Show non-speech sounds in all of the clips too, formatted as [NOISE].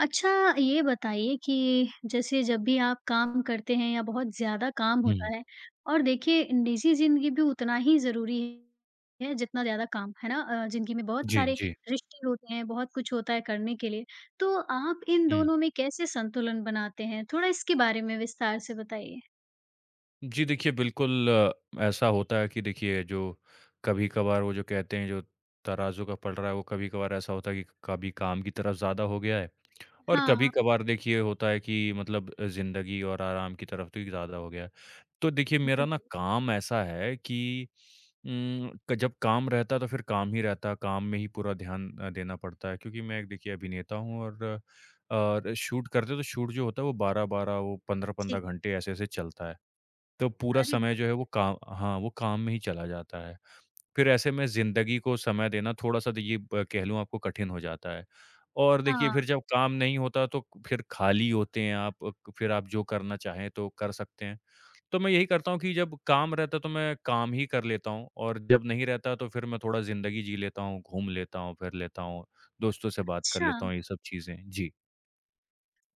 अच्छा, ये बताइए कि जैसे जब भी आप काम करते हैं या बहुत ज़्यादा काम हुँ। होता है और देखिए निजी ज़िंदगी भी उतना ही ज़रूरी है जितना ज़्यादा काम, है ना? ज़िंदगी में बहुत जी, सारे जी। रिश्ते होते हैं, बहुत कुछ होता है करने के लिए, तो आप इन हुँ। दोनों में कैसे संतुलन बनाते हैं? थोड़ा इसके बारे में विस्तार से बताइए। जी, देखिए बिल्कुल ऐसा होता है कि देखिए जो कभी-कभार वो जो कहते हैं जो तराज़ू का पलड़ा है, वो कभी-कभार ऐसा होता है कि कभी काम की तरफ ज़्यादा हो गया है और हाँ, कभी-कभार देखिए होता है कि मतलब ज़िंदगी और आराम की तरफ तो ये ज़्यादा हो गया। तो देखिए मेरा ना बिल्कुल। काम ऐसा है कि उम, क जब काम रहता है तो फिर काम ही रहता है, काम में ही पूरा ध्यान देना पड़ता है क्योंकि मैं एक देखिए अभिनेता हूँ और शूट करते हैं तो शूट जो होता है वो 12-12 वो 15-15 जी। घंटे ऐसे-ऐसे चलता है। तो पूरा अरे समय वाह! जो है वो काम, हाँ, वो काम में ही चला जाता है। फिर ऐसे में ज़िंदगी को समय देना थोड़ा-सा देखिए ब कह लूँ आपको कठिन हो जाता है। और देखिए हाँ, फिर जब काम नहीं होता तो फिर खाली होते हैं आप, क फिर आप जो करना चाहें तो कर सकते हैं। तो मैं यही करता हूँ कि जब काम रहता है तो मैं काम ही कर लेता हूँ और जब नहीं रहता तो फिर मैं थोड़ा ज़िंदगी जी लेता हूँ, घूम लेता हूँ, फिर लेता हूँ, दोस्तों से बात कर अच्छा। लेता हूँ, ये सब चीज़ें। जी।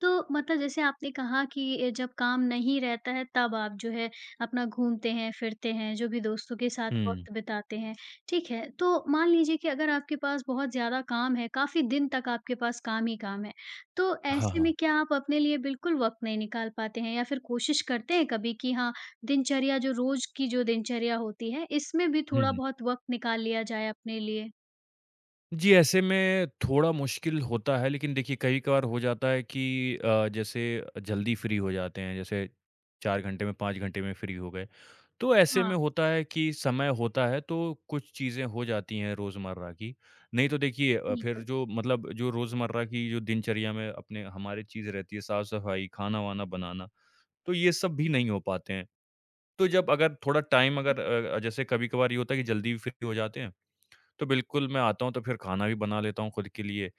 तो मतलब जैसे आपने कहा कि ये जब काम नहीं रहता है तब आप जो है अपना घूमते हैं, फिरते हैं, जो भी दोस्तों के साथ हुँ। वक़्त बिताते हैं, ठीक है। तो मान लीजिए कि अगर आपके पास बहुत ज़्यादा काम है, काफ़ी दिन तक आपके पास काम ही काम है, तो हाँ, ऐसे में हाँ। क्या आप अपने लिए बिल्कुल वक़्त नहीं निकाल पाते हैं या फिर कोशिश करते हैं कभी कि हाँ, दिनचर्या जो रोज़ की जो दिनचर्या होती है, इसमें भी हुँ, थोड़ा हुँ। बहुत वक़्त निकाल लिया जाए अपने लिए? जी, ऐसे में थोड़ा मुश्किल होता है, लेकिन देखिए कई-कभार हो जाता है कि जैसे जल्दी फ्री हो जाते हैं, जैसे 4 घंटे में, 5 घंटे में फ्री हो गए। तो ऐसे हाँ, में होता है कि समय होता है तो कुछ चीज़ें हो जाती हैं रोज़मर्रा की, नहीं तो देखिए फिर बिल्कुल। जो मतलब जो रोज़मर्रा की जो दिनचर्या में अपने हमारे चीज़ रहती है, साफ-सफाई, खाना-वाना बनाना, तो ये सब भी नहीं हो पाते हैं। तो जब अगर थोड़ा टाइम जी। अगर जैसे कभी-कभार ये होता है कि जल्दी भी फ्री हो जाते हैं तो बिल्कुल, मैं आता हूँ तो फिर खाना भी बना लेता हूँ खुद के लिए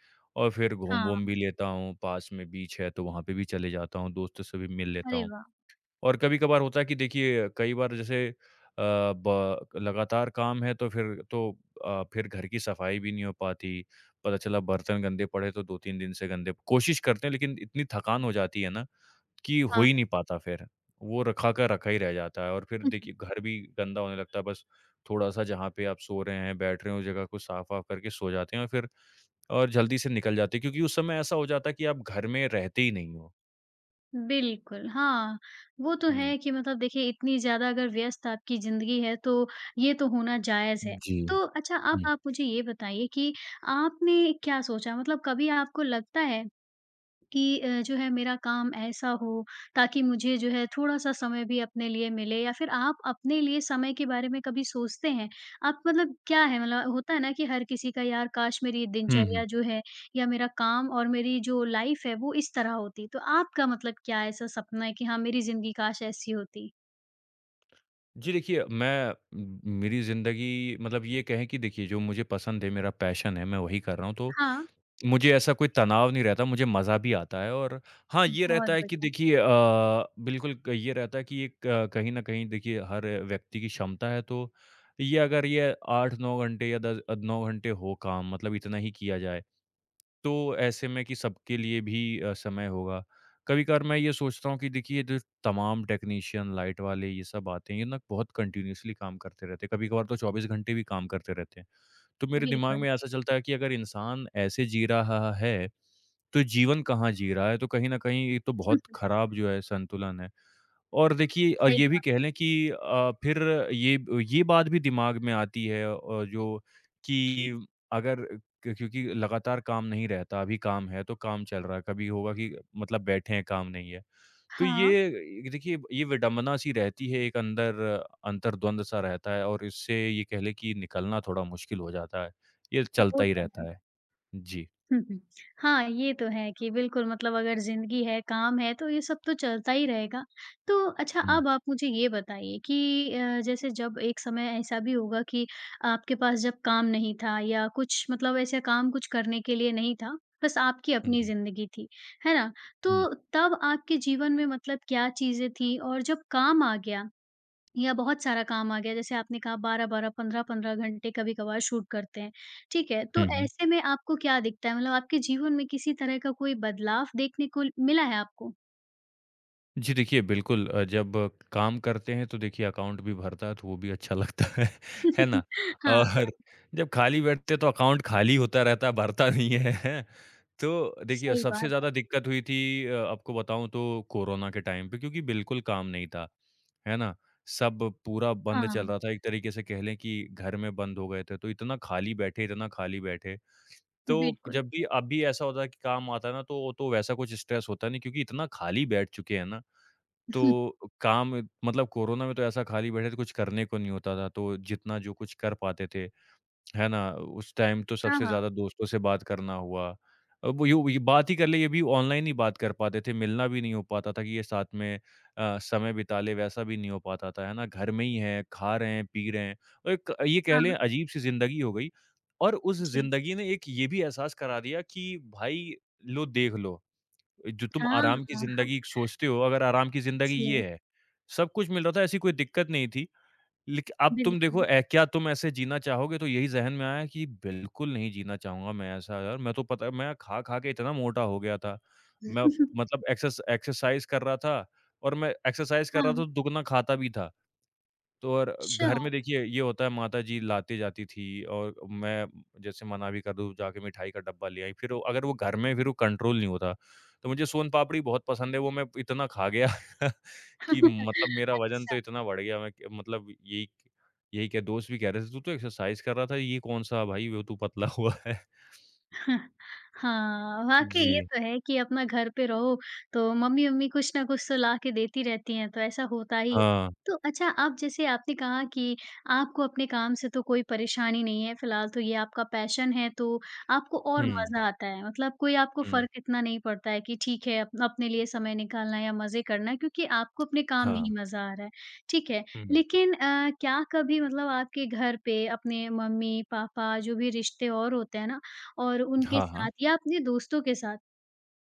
और फिर घूम-वूम भी हाँ, लेता हूँ, पास में बीच है तो वहाँ पे भी चले जाता हूँ, दोस्तों से भी मिल लेता अरे हूँ। वाह! और कभी-कभार होता है कि देखिए कई बार जैसे अ, ब लगातार काम है तो फिर तो फिर घर की सफाई भी नहीं हो पाती, पता चला बर्तन गंदे पड़े तो 2-3 दिन से गंदे, कोशिश करते हैं लेकिन इतनी थकान हो जाती है ना कि हो हाँ। ही नहीं पाता फिर, वो रखा का रखा ही रह जाता है और फिर देखिए घर भी गंदा होने लगता है, बस थोड़ा-सा जहाँ पे आप सो रहे हैं, बैठ रहे हैं, उस जगह को साफ-वाफ करके सो जाते हैं और फिर और जल्दी से निकल जाते हैं क्योंकि उस समय ऐसा हो जाता है कि आप घर में रहते ही नहीं हो। बिल्कुल, हाँ, वो तो हुँ। है कि मतलब देखिए इतनी ज़्यादा अगर व्यस्त आपकी ज़िंदगी है तो ये तो होना जायज़ है। जी। तो अच्छा अब हुँ। आप मुझे ये बताइए कि आपने क्या सोचा मतलब कभी आपको लगता है कि जो है मेरा काम ऐसा हो ताकि मुझे जो है थोड़ा-सा समय भी अपने लिए मिले या फिर आप अपने लिए समय के बारे में कभी सोचते हैं? आप मतलब क्या है मतलब होता है ना कि हर किसी का यार काश मेरी ये हुँ, हुँ। दिनचर्या जो है या मेरा काम और मेरी जो लाइफ़ है वो इस तरह होती। तो आपका मतलब क्या ऐसा सपना है कि हाँ, मेरी ज़िंदगी काश ऐसी होती? जी देखिए, मैं म मेरी ज़िंदगी मतलब ये कहें कि देखिए जो मुझे पसंद है, मेरा पैशन है, मैं वही कर रहा हूँ तो हाँ, मुझे ऐसा कोई तनाव नहीं रहता, मुझे मज़ा भी आता है और हाँ, ये रहता बहुत है कि बढ़िया। देखिए बिल्कुल ये रहता है कि ये क कहीं न कहीं देखिए हर व्यक्ति की क्षमता है तो ये अगर ये 8-9 घंटे या 10 9 घंटे हो काम, मतलब इतना ही किया जाए, तो ऐसे में कि सबके लिए भी समय होगा। कभी-कभार मैं ये सोचता हूँ कि देखिए ये जो तमाम टेक्नीशियन, लाइट वाले ये सब आते हैं, ये ना बहुत कंटीन्यूअसली काम करते रहते हैं। कभी-कभार तो 24 घंटे भी काम करते रहते हैं। तो मेरे दिमाग बिल्कुल, में ऐसा चलता है कि अगर इंसान ऐसे जी रहा है, तो जीवन कहाँ जी रहा है? तो कहीं न कहीं ये तो बहुत [LAUGHS] खराब जो है संतुलन है। और देखिए और सही ये भी बात। कह लें कि फिर ये ये बात भी दिमाग में आती है जो कि अगर क्योंकि लगातार काम नहीं रहता, अभी काम है तो काम चल रहा है, कभी होगा कि मतलब बैठे हैं काम नहीं है। तो ये हाँ, ये देखिए ये विडंबना सी रहती है, एक अंदर अंतर्द्वंद सा रहता है और इससे ये कह लें कि निकलना थोड़ा मुश्किल हो जाता है। ये वो चलता ही तो है। रहता है। जी। हुँ, हुँ। हाँ, ये तो है कि बिल्कुल मतलब अगर ज़िंदगी है, काम है, तो ये सब तो चलता ही रहेगा। तो अच्छा हुँ, अब आप मुझे ये बताइए कि जैसे जब एक समय ऐसा भी होगा कि आपके पास जब काम नहीं था या कुछ मतलब ऐसा काम कुछ करने के लिए नहीं था, बस आपकी हुँ, अपनी हुँ, ज़िंदगी थी, है ना? हुँ, तो तब आपके जीवन में मतलब क्या चीज़ें थी और जब काम आ गया, या बहुत सारा काम आ गया जैसे आपने कहा 12-12, 15-15 घंटे कभी-कभार शूट करते हैं, ठीक है? हुँ, तो हुँ। ऐसे में आपको क्या दिखता है? मतलब आपके जीवन में किसी तरह का कोई बदलाव देखने को मिला है आपको? जी देखिए, बिल्कुल जब काम करते हैं तो देखिए अकाउंट भी भरता है तो वो भी अच्छा लगता है, [LAUGHS] है ना? [LAUGHS] हाँ, और जब खाली बैठते हैं तो अकाउंट खाली होता रहता है, भरता नहीं है, हैं? तो देखिए सही सबसे बात है। ज़्यादा दिक्कत हुई थी आपको बताऊँ तो कोरोना के टाइम पे, क्योंकि बिल्कुल काम नहीं था, है ना? सब पूरा बंद चल हाँ, रहा था, एक तरीके से कह लें कि घर में बंद हो गए थे, तो इतना खाली बैठे, इतना खाली बैठे। तो बिल्कुल। जब भी अब भी ऐसा होता है कि काम आता है ना तो वैसा कुछ स्ट्रेस होता नहीं क्योंकि इतना खाली बैठ चुके हैं ना [LAUGHS] तो काम, मतलब कोरोना में तो ऐसा खाली बैठे थे, कुछ करने को नहीं होता था, तो जितना जो कुछ कर पाते थे, है ना? उस टाइम तो हाँ, सबसे हाँ। ज़्यादा दोस्तों से बात करना हुआ। अब यूँ ये बात ही कर ले ये भी ऑनलाइन ही बात कर पाते थे, मिलना भी नहीं हो पाता था कि ये साथ में समय बिता लें, वैसा भी नहीं हो पाता था, है ना? घर में ही हैं, खा रहे हैं, पी रहे हैं और एक ये कह लें हाँ, अजीब-सी ज़िंदगी हो गई और उस जी। ज़िंदगी ने एक ये भी एहसास करा दिया कि भाई लो देख लो। जो तुम हाँ, [LAUGHS] आराम की हाँ, हाँ, ज़िंदगी सोचते हो, अगर आराम की ज़िंदगी ये जी, है। सब कुछ मिल रहा था, ऐसी कोई दिक्कत नहीं थी। लेक अब तुम देखो बिल्कुल। ए क्या तुम ऐसे जीना चाहोगे? तो यही ज़हन में आया कि बिल्कुल नहीं जीना चाहूँगा मैं ऐसा यार, मैं तो पता है मैं खा-खा के इतना मोटा हो गया था। मैं [LAUGHS] मतलब एक्सरसाइज़ कर रहा था और मैं एक्सरसाइज़ कर रहा था हाँ, तो दुगना खाता भी था। तो और अच्छा। घर में देखिए ये होता है, माता जी लाती-जाती थी और मैं जैसे मना भी कर दूँ, जाके मिठाई का डब्बा ले आई, फिर वो अगर वो घर में फिर वो कंट्रोल नहीं होता। तो मुझे सोन पापड़ी बहुत पसंद है, वो मैं इतना खा गया [LAUGHS] कि मतलब [LAUGHS] मेरा वज़न तो अच्छा। इतना बढ़ गया, मैं मतलब यही यही क्या दोस्त भी कह रहे थे, "तू तो एक्सरसाइज कर रहा था, ये कौन-सा भाई वो तू पतला हुआ है।" हाँ, वाक़ई ये जी। तो है कि अपना घर पे रहो, तो मम्मी-वम्मी कुछ ना कुछ तो ला के देती रहती हैं, तो ऐसा होता ही है। हाँ। तो अच्छा आप जैसे आपने कहा कि आपको अपने काम से तो कोई परेशानी नहीं है, फ़िलहाल तो ये आपका पैशन है, तो आपको और हुँ, मज़ा आता है। मतलब कोई आपको हुँ। फ़र्क इतना नहीं पड़ता है कि ठीक है, अप अपने लिए समय निकालना या मज़े करना, क्योंकि आपको अपने काम में हाँ। ही मज़ा आ रहा है। ठीक है, हुँ। लेकिन क्या कभी मतलब आपके घर पे अपने मम्मी-पापा जो भी रिश्ते और होते हैं ना, और उनके हाँ, हाँ। साथ या अपने दोस्तों के साथ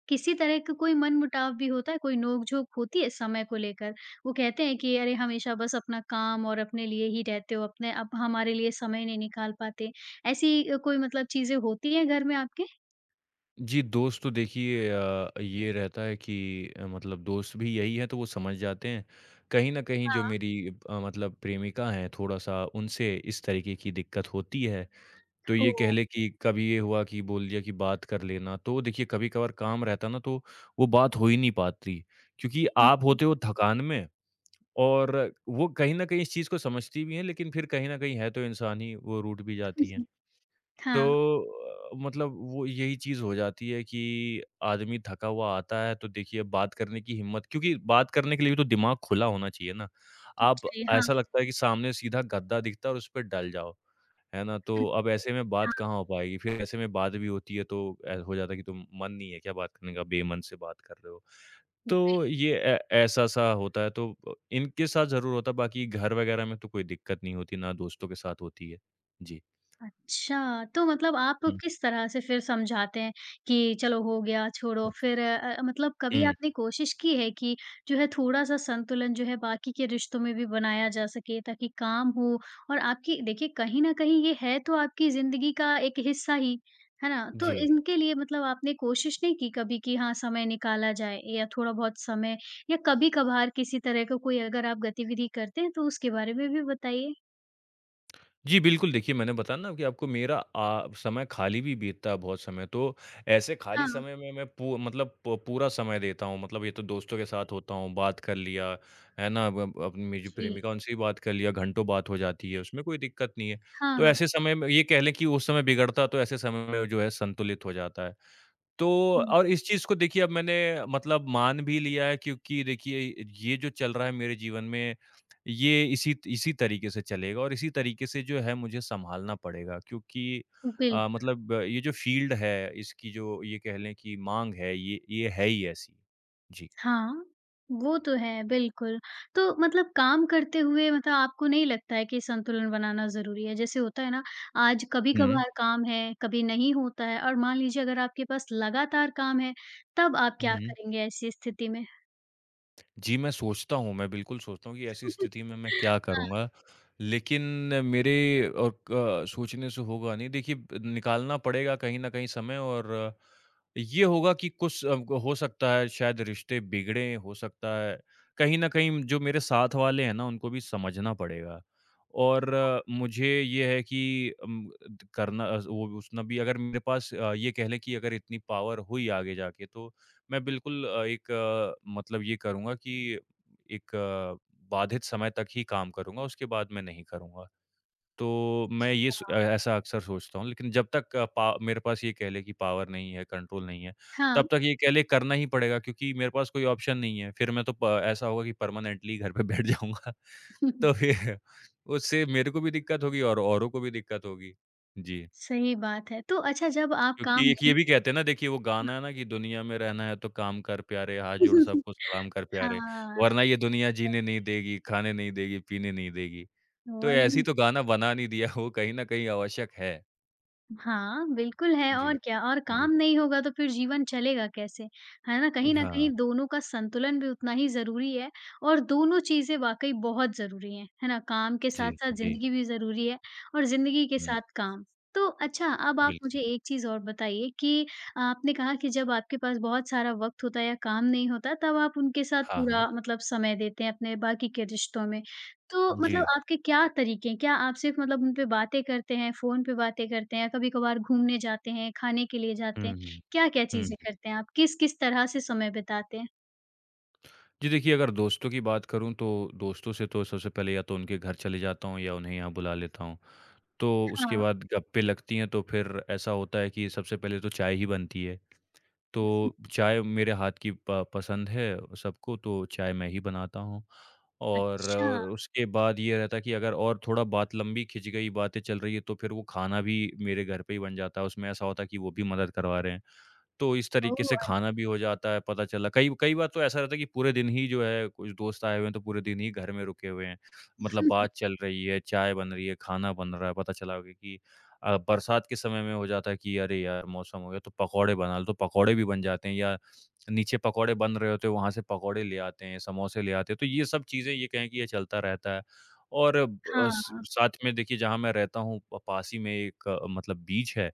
किसी तरह का कोई मनमुटाव भी होता है, कोई नोक-झोंक होती है समय को लेकर? वो कहते हैं कि अरे हमेशा बस अपना काम और अपने लिए ही रहते हो, अपने अब हमारे लिए समय नहीं निकाल पाते। ऐसी कोई मतलब चीज़ें होती हैं घर में आपके? जी, दोस्त तो देखिए ये रहता है कि मतलब दोस्त भी यही है तो वो समझ जाते हैं। कहीं न कहीं जो हाँ। मेरी मतलब प्रेमिका हैं, थोड़ा-सा उनसे इस तरीके की दिक्कत होती है। तो ये कह ओह! लें कि कभी ये हुआ कि बोल दिया कि बात कर लेना, तो देखिए कभी-कभार काम रहता ना तो वो बात हो ही नहीं पाती। क्योंकि आप नहीं। होते हो थकान में और वो कहीं न कहीं इस चीज़ को समझती भी हैं लेकिन फिर कहीं न कहीं है तो इंसान ही, वो रूठ भी जाती हैं। [LAUGHS] हाँ, तो मतलब वो यही चीज़ हो जाती है कि आदमी थका हुआ आता है तो देखिए बात करने की हिम्मत, क्योंकि बात करने के लिए भी तो दिमाग खुला होना चाहिए ना। आप जी, हाँ, ऐसा लगता है कि सामने सीधा गद्दा दिखता है और उस पे डल जाओ, है ना? तो अब ऐसे में बात कहाँ हो पाएगी? फिर ऐसे में बात भी होती है तो ऐ हो जाता है कि तुम, मन नहीं है क्या बात करने का? बेमन से बात कर रहे हो। तो हाँ। ये ऐ ऐसा-सा होता है तो इनके साथ ज़रूर होता है, बाकी घर वगैरह में तो कोई दिक्कत नहीं होती, ना दोस्तों के साथ होती है। जी। अच्छा, तो मतलब आप हुँ। किस तरह से फिर समझाते हैं कि चलो हो गया, छोड़ो? फिर मतलब कभी हुँ। आपने कोशिश की है कि जो है थोड़ा-सा संतुलन जो है बाकी के रिश्तों में भी बनाया जा सके ताकि काम हो और आपकी देखिए कहीं न कहीं ये है तो आपकी ज़िंदगी का एक हिस्सा ही, है ना? तो जी। इनके लिए मतलब आपने कोशिश नहीं की कभी कि हाँ, समय निकाला जाए या थोड़ा-बहुत समय या कभी-कभार किसी तरह का कोई अगर आप गतिविधि करते हैं तो उसके बारे में भी बताइए? जी, बिल्कुल, देखिए मैंने बताया ना कि आपको मेरा समय खाली भी बीतता है बहुत समय, तो ऐसे खाली हाँ, समय में मैं पू मतलब प पूरा समय देता हूँ। मतलब ये तो दोस्तों के साथ होता हूँ, बात कर लिया, है ना? अब अपनी मेरी जो जी। प्रेमिका है, उनसे भी बात कर लिया, घंटों बात हो जाती है, उसमें कोई दिक्कत नहीं है। तो हाँ, ऐसे समय में ये कह लें कि उस समय बिगड़ता तो ऐसे समय में जो है संतुलित हो जाता है। तो हाँ। और इस चीज़ को देखिए अब मैंने मतलब मान भी लिया है क्योंकि देखिए ये जो चल रहा है मेरे जीवन में, ये इसी इसी तरीके से चलेगा और इसी तरीके से जो है मुझे सँभालना पड़ेगा क्योंकि बिल मतलब ये जो फ़ील्ड है, इसकी जो ये कह लें कि माँग है, ये है ही ऐसी। जी। हाँ, वो तो है, बिल्कुल। तो मतलब काम करते हुए मतलब आपको नहीं लगता है कि संतुलन बनाना ज़रूरी है? जैसे होता है ना, आज हुँ। कभी-कभार काम है, कभी नहीं होता है और मान लीजिए अगर आपके पास लगातार काम है, तब आप क्या हुँ। करेंगे ऐसी स्थिति में? जी, मैं सोचता हूँ, मैं बिल्कुल सोचता हूँ कि ऐसी [LAUGHS] स्थिति में मैं क्या हाँ, करूँगा? लेकिन मेरे और क सोचने से होगा नहीं। देखिए, निकालना पड़ेगा कहीं न कहीं समय और ये होगा कि कुछ हो सकता है शायद रिश्ते बिगड़ें, हो सकता है कहीं न कहीं जो मेरे साथ वाले हैं ना, उनको भी समझना पड़ेगा। और मुझे ये है कि करना वो उसना भी अगर मेरे पास ये कह लें कि अगर इतनी पावर हुई आगे जाके, तो मैं बिल्कुल एक मतलब ये करूँगा कि एक बाधित समय तक ही काम करूँगा, उसके बाद मैं नहीं करूँगा। तो मैं ऐसा अक्सर सोचता हूँ, लेकिन जब तक अ, पा मेरे पास ये कह लें कि पावर नहीं है, कंट्रोल नहीं है, तब हाँ। तक ये कह लें करना ही पड़ेगा क्योंकि मेरे पास कोई ऑप्शन नहीं है। फिर मैं तो प ऐसा होगा कि परमानेंटली घर पे बैठ जाऊँगा। [LAUGHS] तो [LAUGHS] फिर उससे मेरे को भी दिक्कत होगी और औरों को भी दिक्कत होगी। जी। सही बात है। तो अच्छा जब आप काम क्योंकि एक ये नहीं भी कहते हैं ना देखिए वो गाना है ना कि दुनिया में रहना है तो काम कर प्यारे, हाथ जोड़ [LAUGHS] सबको सलाम कर प्यारे, हाँ। वरना ये दुनिया जीने नहीं देगी, खाने नहीं देगी, पीने नहीं देगी। हाँ, तो ऐसे ही वही। तो गाना बना नहीं दिया वो कहीं न कहीं आवश्यक है। हाँ, बिल्कुल है जी, और क्या और जी। काम नहीं होगा तो फिर जीवन चलेगा कैसे? है ना? कहीं न हाँ, कहीं दोनों का संतुलन भी उतना ही ज़रूरी है और दोनों चीज़ें वाक़ई बहुत ज़रूरी हैं। है ना? काम के जी, साथ-साथ जी। ज़िंदगी भी ज़रूरी है और ज़िंदगी के हुँ, साथ काम। तो अच्छा अब आप बिल्कुल। मुझे एक चीज़ और बताइए कि आपने कहा कि जब आपके पास बहुत सारा वक़्त होता है या काम नहीं होता तब आप उनके साथ हाँ, हाँ। पूरा मतलब समय देते हैं अपने बाकी के रिश्तों में। तो मतलब जी। आपके क्या तरीके हैं? क्या आप सिर्फ़ मतलब उन पे बातें करते हैं, फ़ोन पे बातें करते हैं या कभी-कभार घूमने जाते हैं, खाने के लिए जाते हुँ, हैं? हुँ। क्या-क्या हुँ, चीज़ें हुँ। करते हैं आप? किस-किस तरह से समय बिताते हैं? जी देखिए अगर दोस्तों की बात करूँ तो दोस्तों से तो सबसे पहले या तो उनके घर चले जाता हूँ या उन्हें यहाँ बुला लेता हूँ। तो उसके हाँ। बाद गप्पें लगती हैं तो फिर ऐसा होता है कि सबसे पहले तो चाय ही बनती है। तो चाय मेरे हाथ की प पसंद है सबको, तो चाय मैं ही बनाता हूँ। और अच्छा, उसके बाद ये रहता है कि अगर और थोड़ा बात लंबी खिंच गई, बातें चल रही है, तो फिर वो खाना भी मेरे घर पे ही बन जाता है। उसमें ऐसा होता है कि वो भी मदद करवा रहे हैं। तो इस ओह! तरीके से अरे वाह! खाना भी हो जाता है, पता चला। कई कई बार तो ऐसा रहता है कि पूरे दिन ही जो है कुछ दोस्त आए हुए हैं, तो पूरे दिन ही घर में रुके हुए हैं। मतलब बात चल रही है, चाय बन रही है, खाना बन रहा है, पता चला कि बरसात के समय में हो जाता है कि अरे यार! मौसम हो गया तो पकौड़े बना लो, तो पकौड़े भी बन जाते हैं या नीचे पकौड़े बन रहे होते हैं, वहाँ से पकौड़े ले आते हैं, समोसे ले आते हैं। तो ये सब चीज़ें ये कहें कि ये चलता रहता है और ब अ, स हाँ, साथ में देखिए जहाँ मैं रहता हूँ प पास ही में एक मतलब बीच है।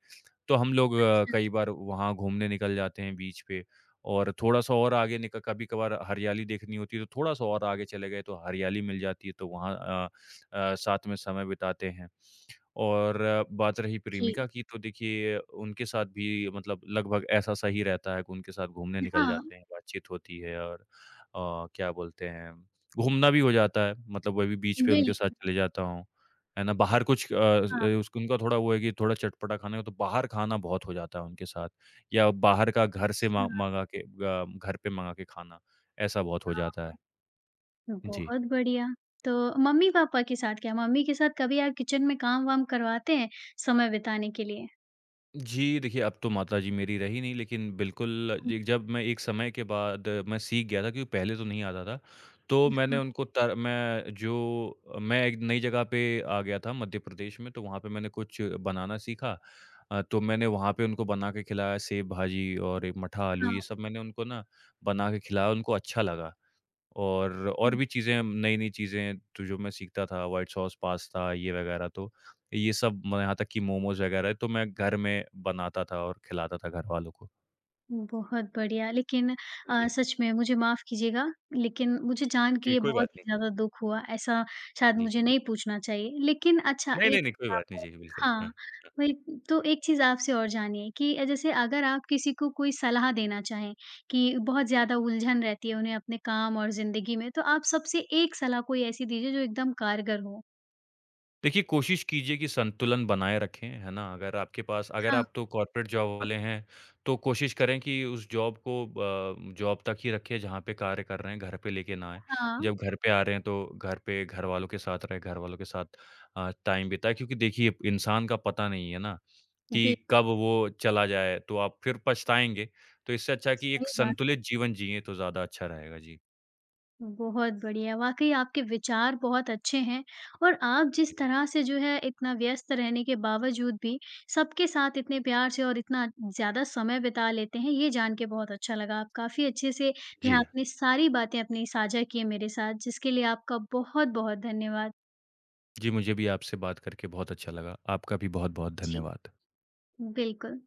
तो हम लोग अच्छा, कई बार वहाँ घूमने निकल जाते हैं बीच पे और थोड़ा-सा और आगे निक कभी-कभार हरियाली देखनी होती है, तो थोड़ा-सा और आगे चले गए तो हरियाली मिल जाती है, तो वहाँ साथ में समय बिताते हैं। और बात रही जी। प्रेमिका की तो देखिए उनके साथ भी मतलब लगभग ऐसा-सा ही रहता है कि उनके साथ घूमने निकल हाँ, जाते हैं, बातचीत होती है और क्या बोलते हैं, घूमना भी हो जाता है, मतलब वही बीच पे उनके साथ बिल्कुल, चले जाता हूँ, है ना? बाहर कुछ हाँ, उसको उनका थोड़ा वो है कि थोड़ा चटपटा खाना है तो बाहर खाना बहुत हो जाता है उनके साथ या बाहर का घर से मा अच्छा, मँगा के घर पे मँगा के खाना, ऐसा बहुत हो जाता है। हाँ। जी। बहुत बढ़िया। तो मम्मी-पापा के साथ क्या? मम्मी के साथ कभी आप किचन में काम-वाम करवाते हैं समय बिताने के लिए? जी, देखिए अब तो माताजी मेरी रही नहीं लेकिन बिल्कुल हुँ, जी, जब मैं एक समय के बाद मैं सीख गया था क्योंकि पहले तो नहीं आता था। तो मैंने हाँ, उनको तर मैं जो मैं एक नई जगह पे आ गया था मध्य प्रदेश में तो वहाँ पे मैंने कुछ बनाना सीखा। तो मैंने वहाँ पे उनको बना के खिलाया सेव भाजी और एक मठा आलू हाँ। ये सब मैंने उनको ना बना के खिलाया, उनको अच्छा लगा। और भी चीज़ें नई-नई चीज़ें तो जो मैं सीखता था, व्हाइट सॉस पास्ता ये वगैरह तो ये सब म यहाँ तक कि मोमोज़ वगैरह तो मैं घर में बनाता था और खिलाता था घरवालों को। बहुत बढ़िया, लेकिन जी। सच में मुझे माफ़ कीजिएगा, लेकिन मुझे जान के जी, ये कोई बहुत बात ही नहीं। ज़्यादा दुःख हुआ, ऐसा शायद जी। मुझे नहीं पूछना चाहिए। लेकिन अच्छा नहीं, एक नहीं, नहीं, कोई चीज़ बात आप नहीं। और जी, बिल्कुल। हाँ, हाँ, वही तो एक चीज़ आपसे और जानिए कि जैसे अगर आप किसी को कोई सलाह देना चाहें कि बहुत हाँ। ज़्यादा उलझन रहती है उन्हें अपने काम और ज़िंदगी में, तो आप सबसे एक सलाह कोई ऐसी दीजिए जो एकदम कारगर हो? देखिए, कोशिश कीजिए कि संतुलन बनाए रखें, है ना? अगर आपके पास अगर हाँ आप तो कॉर्पोरेट जॉब वाले हैं, तो कोशिश जी। करें कि उस जॉब को जॉब तक ही रखें जहाँ पे कार्य कर रहे हैं, घर पे लेके ना आएँ। हाँ, जब घर पे आ रहे हैं, तो घर पे घरवालों के साथ रहें, घरवालों के साथ टाइम बिताएँ क्योंकि देखिए, इंसान का पता नहीं है ना बिल्कुल, कि कब वो चला जाए, तो आप फिर पछताएँगे। तो इससे अच्छा है कि एक सही बात है। संतुलित जीवन जिएँ, तो ज़्यादा अच्छा रहेगा। जी। बहुत बढ़िया, वाक़ई आपके विचार बहुत अच्छे हैं और आप जिस तरह से जो है इतना व्यस्त रहने के बावजूद भी सबके साथ इतने प्यार से और इतना ज़्यादा समय बिता लेते हैं, ये जान के बहुत अच्छा लगा। आप काफ़ी अच्छे से जो है जी। आपने सारी बातें अपनी साझा की हैं मेरे साथ, जिसके लिए आपका बहुत-बहुत धन्यवाद। जी, मुझे भी आपसे बात करके बहुत अच्छा लगा। आपका भी बहुत-बहुत जी, धन्यवाद। बिल्कुल।